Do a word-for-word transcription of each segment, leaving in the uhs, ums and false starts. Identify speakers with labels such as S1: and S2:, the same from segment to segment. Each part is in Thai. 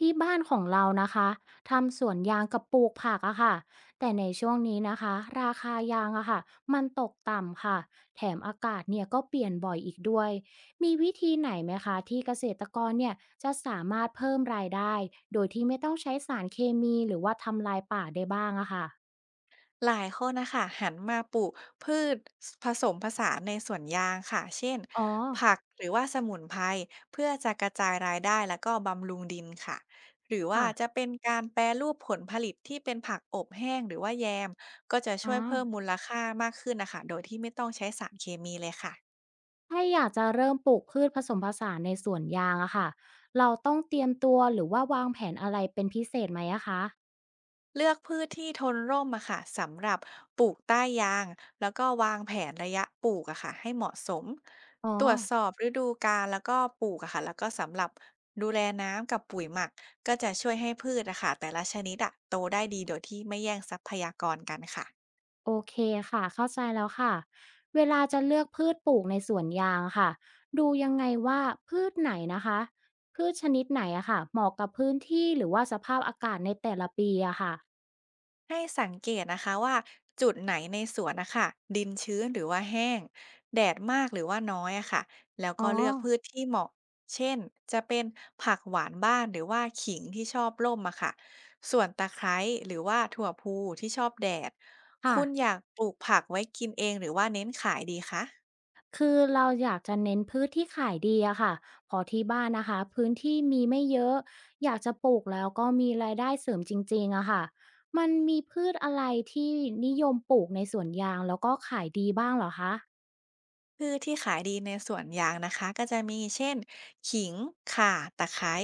S1: ที่บ้านของเรานะคะทำสวนยางกับปลูกผักอะค่ะแต่ในช่วงนี้นะคะราคายางอะค่ะมันตกต่ำค่ะแถมอากาศเนี่ยก็เปลี่ยนบ่อยอีกด้วยมีวิธีไหนไหมคะที่เกษตรกรเนี่ยจะสามารถเพิ่มรายได้โดยที่ไม่ต้องใช้สารเคมีหรือว่าทำลายป่าได้บ้างอะค่ะ
S2: หลายคนนะคะหันมาปลูกพืชผสมผสานในสวนยางค่ะเช่น
S1: อ๋อ
S2: ผักหรือว่าสมุนไพรเพื่อจะกระจายรายได้แล้วก็บำรุงดินค่ะหรือว่า
S1: ค่ะ
S2: จะเป็นการแปรรูปผลผลิตที่เป็นผักอบแห้งหรือว่าแยมก็จะ
S1: อ่
S2: ช่วยเพิ่ม
S1: า
S2: มูลค่ามากขึ้นนะคะโดยที่ไม่ต้องใช้สารเคมีเลยค่ะ
S1: ถ้าอยากจะเริ่มปลูกพืชผสมผสานในสวนยางอะค่ะเราต้องเตรียมตัวหรือว่าวางแผนอะไรเป็นพิเศษไหมอะคะ
S2: เลือกพืชที่ทนร่มอะค่ะสำหรับปลูกใต้ยางแล้วก็วางแผนระยะปลูกอะค่ะให้เหมาะสม
S1: อ๋อ
S2: ตรวจสอบฤดูกาลแล้วก็ปลูกอะค่ะแล้วก็สำหรับดูแลน้ำกับปุ๋ยหมักก็จะช่วยให้พืชอะค่ะแต่ละชนิดอะโตได้ดีโดยที่ไม่แย่งทรัพยากรกันค่ะ
S1: โอเคค่ะเข้าใจแล้วค่ะเวลาจะเลือกพืชปลูกในสวนยางค่ะดูยังไงว่าพืชไหนนะคะพืชชนิดไหนอะค่ะเหมาะกับพื้นที่หรือว่าสภาพอากาศในแต่ละปีอะค่ะ
S2: ให้สังเกตนะคะว่าจุดไหนในสวนนะคะดินชื้นหรือว่าแห้งแดดมากหรือว่าน้อยอะค่ะแล้ว
S1: อ๋อ
S2: ก็เลือกพืชที่เหมาะเช่นจะเป็นผักหวานบ้านหรือว่าขิงที่ชอบร่มอะค่ะส่วนตะไคร้หรือว่าถั่วพูที่ชอบแดด
S1: ค่ะ
S2: คุณอยากปลูกผักไว้กินเองหรือว่าเน้นขายดีคะ
S1: คือเราอยากจะเน้นพืชที่ขายดีอะค่ะเพอที่บ้านนะคะพื้นที่มีไม่เยอะอยากจะปลูกแล้วก็มีรายได้เสริมจริงๆอะค่ะมันมีพืชอะไรที่นิยมปลูกในสวนยางแล้วก็ขายดีบ้างเหรอคะ
S2: พืชที่ขายดีในสวนยางนะคะก็จะมีเช่นขิง ข่า ตะไคร้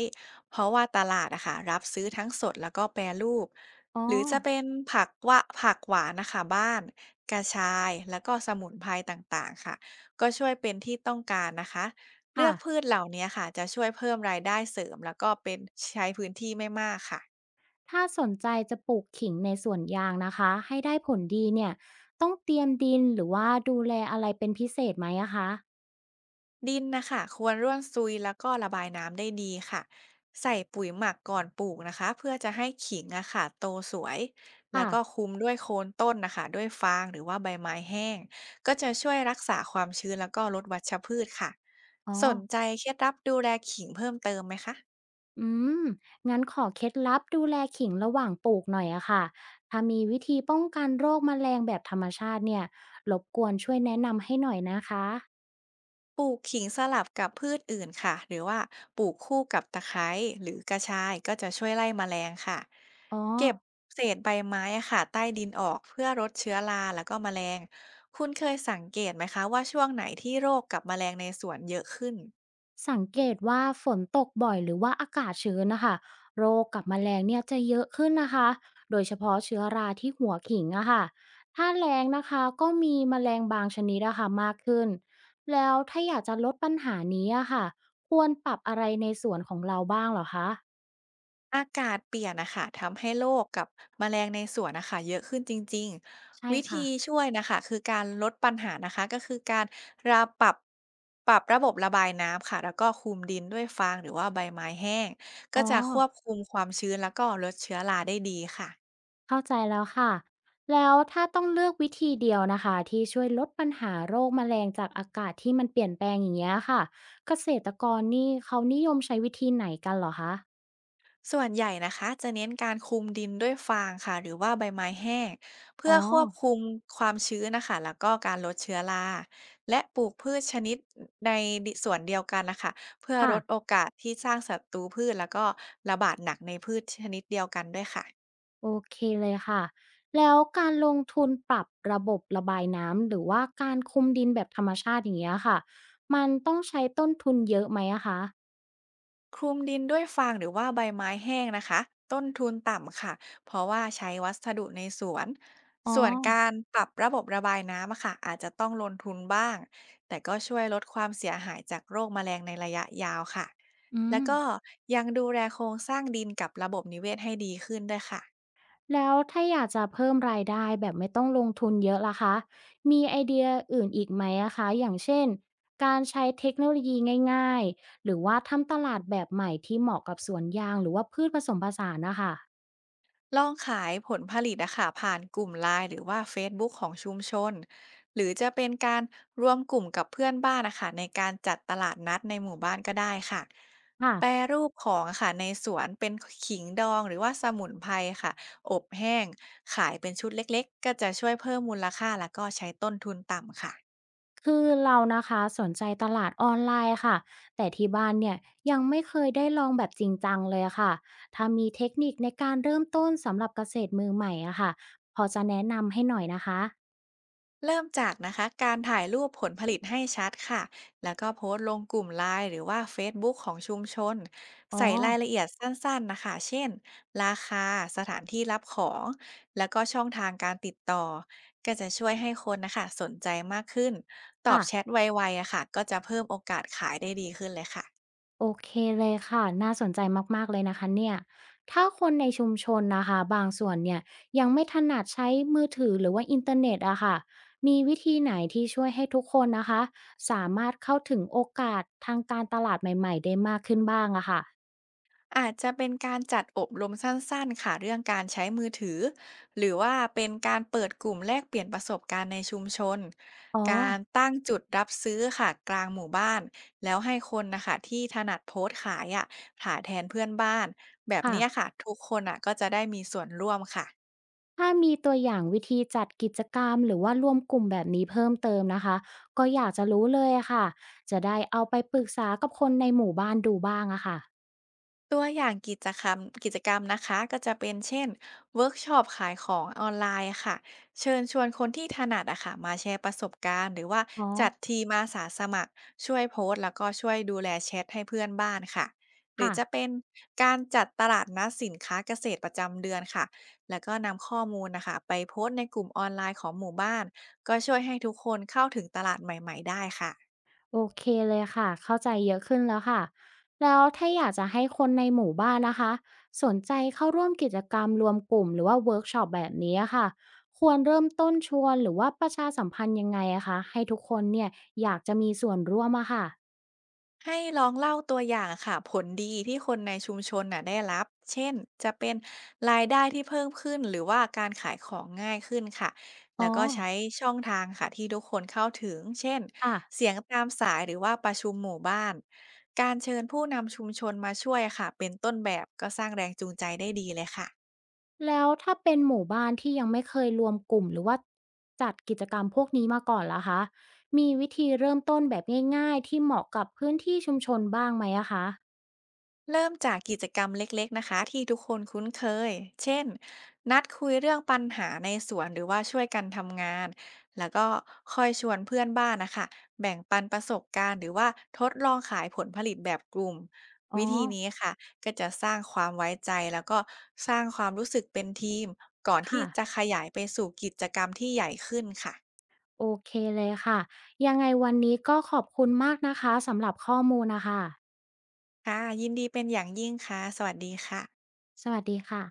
S2: เพราะว่าตลาดอะค่ะรับซื้อทั้งสดแล้วก็แปรรูป
S1: อ๋อ
S2: หรือจะเป็นผักวะผักหวานนะคะบ้านกระชายแล้วก็สมุนไพรต่างๆค่ะก็ช่วยเป็นที่ต้องการนะคะเลื
S1: ค่ะ
S2: อกพืชเหล่านี้ค่ะจะช่วยเพิ่มรายได้เสริมแล้วก็เป็นใช้พื้นที่ไม่มากค่ะ
S1: ถ้าสนใจจะปลูกขิงในสวนยางนะคะให้ได้ผลดีเนี่ยต้องเตรียมดินหรือว่าดูแลอะไรเป็นพิเศษไหมอะคะ
S2: ดินนะคะควรร่วนซุยแล้วก็ระบายน้ำได้ดีค่ะใส่ปุ๋ยหมักก่อนปลูกนะคะเพื่อจะให้ขิงอะค่ะโตสวยแล้ว
S1: ค่ะ
S2: ก็คลุมด้วยโคนต้นนะคะด้วยฟางหรือว่าใบไม้แห้งก็จะช่วยรักษาความชื้นแล้วก็ลดวัชพืชค่ะ
S1: อ๋อ
S2: สนใจเคล็ดลับดูแลขิงเพิ่มเติมไหมคะ
S1: อืมงั้นขอเคล็ดลับดูแลขิงระหว่างปลูกหน่อยอะค่ะถ้ามีวิธีป้องกันโรคแมลงแบบธรรมชาติเนี่ยรบกวนช่วยแนะนำให้หน่อยนะคะ
S2: ปลูกขิงสลับกับพืชอื่นค่ะหรือว่าปลูกคู่กับตะไคร้หรือกระชายก็จะช่วยไล่แมลงค่ะ
S1: อ๋อ
S2: เก็บเศษใบไม้อะค่ะใต้ดินออกเพื่อลดเชื้อราแล้วก็แมลงคุณเคยสังเกตไหมคะว่าช่วงไหนที่โรคกับแมลงในสวนเยอะขึ้น
S1: สังเกตว่าฝนตกบ่อยหรือว่าอากาศชื้นนะคะโรคกับแมลงเนี่ยจะเยอะขึ้นนะคะโดยเฉพาะเชื้อราที่หัวขิงอะค่ะถ้าแรงนะคะก็มีแมลงบางชนิดอะค่ะมากขึ้นแล้วถ้าอยากจะลดปัญหานี้อะค่ะควรปรับอะไรในส่วนของเราบ้างเหรอคะ
S2: อากาศเปลี่ยนนะคะทำให้โรคกับแมลงในสวนนะคะเยอะขึ้นจริง
S1: ใช่
S2: ๆวิ
S1: ค่ะ
S2: ธีช่วยนะคะคือการลดปัญหานะคะก็คือการราปรับปรับระบบระบายน้ำค่ะแล้วก็คลุมดินด้วยฟางหรือว่าใบไม้แห้ง
S1: อ๋
S2: ก็
S1: อ
S2: จะควบคุมความชื้นแล้วก็ลดเชื้อราได้ดีค่ะ
S1: เข้าใจแล้วค่ะ แล้วถ้าต้องเลือกวิธีเดียวนะคะที่ช่วยลดปัญหาโรคแมลงจากอากาศที่มันเปลี่ยนแปลงอย่างเงี้ยค่ะเกษตรกรนี่เขานิยมใช้วิธีไหนกันเหรอคะ
S2: ส่วนใหญ่นะคะจะเน้นการคลุมดินด้วยฟางค่ะหรือว่าใบไม้แห้งเพื่
S1: อ๋
S2: อ
S1: อ
S2: ควบคุมความชื้นนะคะแล้วก็การลดเชื้อราและปลูกพืชชนิดในส่วนเดียวกันนะคะเพื่อ
S1: ค่ะ
S2: ลดโอกาสที่สร้างศัตรูพืชแล้วก็ระบาดหนักในพืชชนิดเดียวกันด้วยค่ะ
S1: โอเคเลยค่ะ แล้วการลงทุนปรับระบบระบายน้ำหรือว่าการคุมดินแบบธรรมชาติอย่างเงี้ยค่ะมันต้องใช้ต้นทุนเยอะไหมอะคะ
S2: คลุมดินด้วยฟางหรือว่าใบไม้แห้งนะคะต้นทุนต่ำค่ะเพราะว่าใช้วัสดุในสวน
S1: อ๋อ
S2: ส่วนการปรับระบบระบายน้ำอะค่ะอาจจะต้องลงทุนบ้างแต่ก็ช่วยลดความเสียหายจากโรคแมลงในระยะยาวค่ะ
S1: อื
S2: แล้
S1: ม
S2: วก็ยังดูแลโครงสร้างดินกับระบบนิเวศให้ดีขึ้นด้วยค่ะ
S1: แล้วถ้าอยากจะเพิ่มรายได้แบบไม่ต้องลงทุนเยอะล่ะคะมีไอเดียอื่นอีกไหมอะคะอย่างเช่นการใช้เทคโนโลยีง่ายๆหรือว่าทำตลาดแบบใหม่ที่เหมาะกับสวนยางหรือว่าพืชผสมผสานนะคะ
S2: ลองขายผลผลิตนะคะผ่านกลุ่มไลน์หรือว่า เฟซบุ๊ก ของชุมชนหรือจะเป็นการรวมกลุ่มกับเพื่อนบ้านนะคะในการจัดตลาดนัดในหมู่บ้านก็ได้ค่ะ
S1: ค่ะ
S2: แปรรูปของอะค่ะในสวนเป็นขิงดองหรือว่าสมุนไพรค่ะอบแห้งขายเป็นชุดเล็กๆก็จะช่วยเพิ่มมูลค่าแล้วก็ใช้ต้นทุนต่ำค่ะ
S1: คือเรานะคะสนใจตลาดออนไลน์ค่ะแต่ที่บ้านเนี่ยยังไม่เคยได้ลองแบบจริงจังเลยอะค่ะถ้ามีเทคนิคในการเริ่มต้นสำหรับเกษตรมือใหม่อะค่ะพอจะแนะนำให้หน่อยนะคะ
S2: เริ่มจากนะคะการถ่ายรูปผลผลิตให้ชัดค่ะแล้วก็โพสต์ลงกลุ่มไลน์หรือว่าเฟซบุ๊กของชุมชน
S1: อ๋อ
S2: ใส่รายละเอียดสั้นๆนะคะเช่นราคาสถานที่รับของแล้วก็ช่องทางการติดต่อก็จะช่วยให้คนนะคะสนใจมากขึ้นตอบ
S1: ค่ะ
S2: แชทไวๆอะค่ะก็จะเพิ่มโอกาสขายได้ดีขึ้นเลยค่ะ
S1: โอเคเลยค่ะน่าสนใจมากๆเลยนะคะเนี่ยถ้าคนในชุมชนนะคะบางส่วนเนี่ยยังไม่ถนัดใช้มือถือหรือว่าอินเทอร์เน็ตอะค่ะมีวิธีไหนที่ช่วยให้ทุกคนนะคะสามารถเข้าถึงโอกาสทางการตลาดใหม่ๆได้มากขึ้นบ้างอะค่ะ
S2: อาจจะเป็นการจัดอบรมสั้นๆค่ะเรื่องการใช้มือถือหรือว่าเป็นการเปิดกลุ่มแลกเปลี่ยนประสบการณ์ในชุมชน
S1: อ๋อ
S2: การตั้งจุดรับซื้อค่ะกลางหมู่บ้านแล้วให้คนนะคะที่ถนัดโพสต์ขายอ่ะขายแทนเพื่อนบ้านแบบเนี้ย
S1: ค่ะ
S2: ค่ะทุกคนอ่ะก็จะได้มีส่วนร่วมค่ะ
S1: ถ้ามีตัวอย่างวิธีจัดกิจกรรมหรือว่าร่วมกลุ่มแบบนี้เพิ่มเติมนะคะก็อยากจะรู้เลยอะค่ะจะได้เอาไปปรึกษากับคนในหมู่บ้านดูบ้างอะค่ะ
S2: ตัวอย่างกิจกรรมกิจกรรมนะคะก็จะเป็นเช่นเวิร์กช็อปขายของออนไลน์ค่ะเชิญชวนคนที่ถนัดอะค่ะมาแชร์ประสบการณ์หรือว่า
S1: อ๋อ
S2: จัดทีมอาสาสมัครช่วยโพสต์แล้วก็ช่วยดูแลแชทให้เพื่อนบ้านค่ะหรือ
S1: ค่ะ
S2: จะเป็นการจัดตลาดนัดสินค้าเกษตรประจำเดือนค่ะแล้วก็นำข้อมูลนะคะไปโพสต์ในกลุ่มออนไลน์ของหมู่บ้านก็ช่วยให้ทุกคนเข้าถึงตลาดใหม่ๆได้ค่ะ
S1: โอเคเลยค่ะเข้าใจเยอะขึ้นแล้วค่ะแล้วถ้าอยากจะให้คนในหมู่บ้านนะคะสนใจเข้าร่วมกิจกรรมรวมกลุ่มหรือว่าเวิร์กช็อปแบบนี้อะค่ะควรเริ่มต้นชวนหรือว่าประชาสัมพันธ์ยังไงอะคะให้ทุกคนเนี่ยอยากจะมีส่วนร่วมอะค่ะ
S2: ให้ลองเล่าตัวอย่างค่ะผลดีที่คนในชุมชนน่ะได้รับ เช่น จะเป็นรายได้ที่เพิ่มขึ้นหรือว่าการขายของง่ายขึ้นค่ะ
S1: อ๋อ
S2: แล้วก็ใช้ช่องทางค่ะที่ทุกคนเข้าถึง เช่น
S1: ค่ะ
S2: เสียงตามสายหรือว่าประชุมหมู่บ้าน การเชิญผู้นำชุมชนมาช่วยค่ะเป็นต้นแบบก็สร้างแรงจูงใจได้ดีเลยค่ะ
S1: แล้วถ้าเป็นหมู่บ้านที่ยังไม่เคยรวมกลุ่มหรือว่าจัดกิจกรรมพวกนี้มาก่อนล่ะคะมีวิธีเริ่มต้นแบบง่ายๆที่เหมาะกับพื้นที่ชุมชนบ้างไหมอะคะ
S2: เริ่มจากกิจกรรมเล็กๆนะคะที่ทุกคนคุ้นเคย เช่นนัดคุยเรื่องปัญหาในสวนหรือว่าช่วยกันทำงานแล้วก็ค่อยชวนเพื่อนบ้านนะคะแบ่งปันประสบการณ์หรือว่าทดลองขายผลผลิตแบบกลุ่ม
S1: อ๋อ
S2: วิธีนี้ค่ะก็จะสร้างความไว้ใจแล้วก็สร้างความรู้สึกเป็นทีมก่อนที่
S1: ค่ะ
S2: จะขยายไปสู่กิจกรรมที่ใหญ่ขึ้นค่ะ
S1: โอเคเลยค่ะยังไงวันนี้ก็ขอบคุณมากนะคะสำหรับข้อมูลนะคะ
S2: ค่ะยินดีเป็นอย่างยิ่งค่ะสวัสดีค่ะ
S1: สวัสดีค่ะ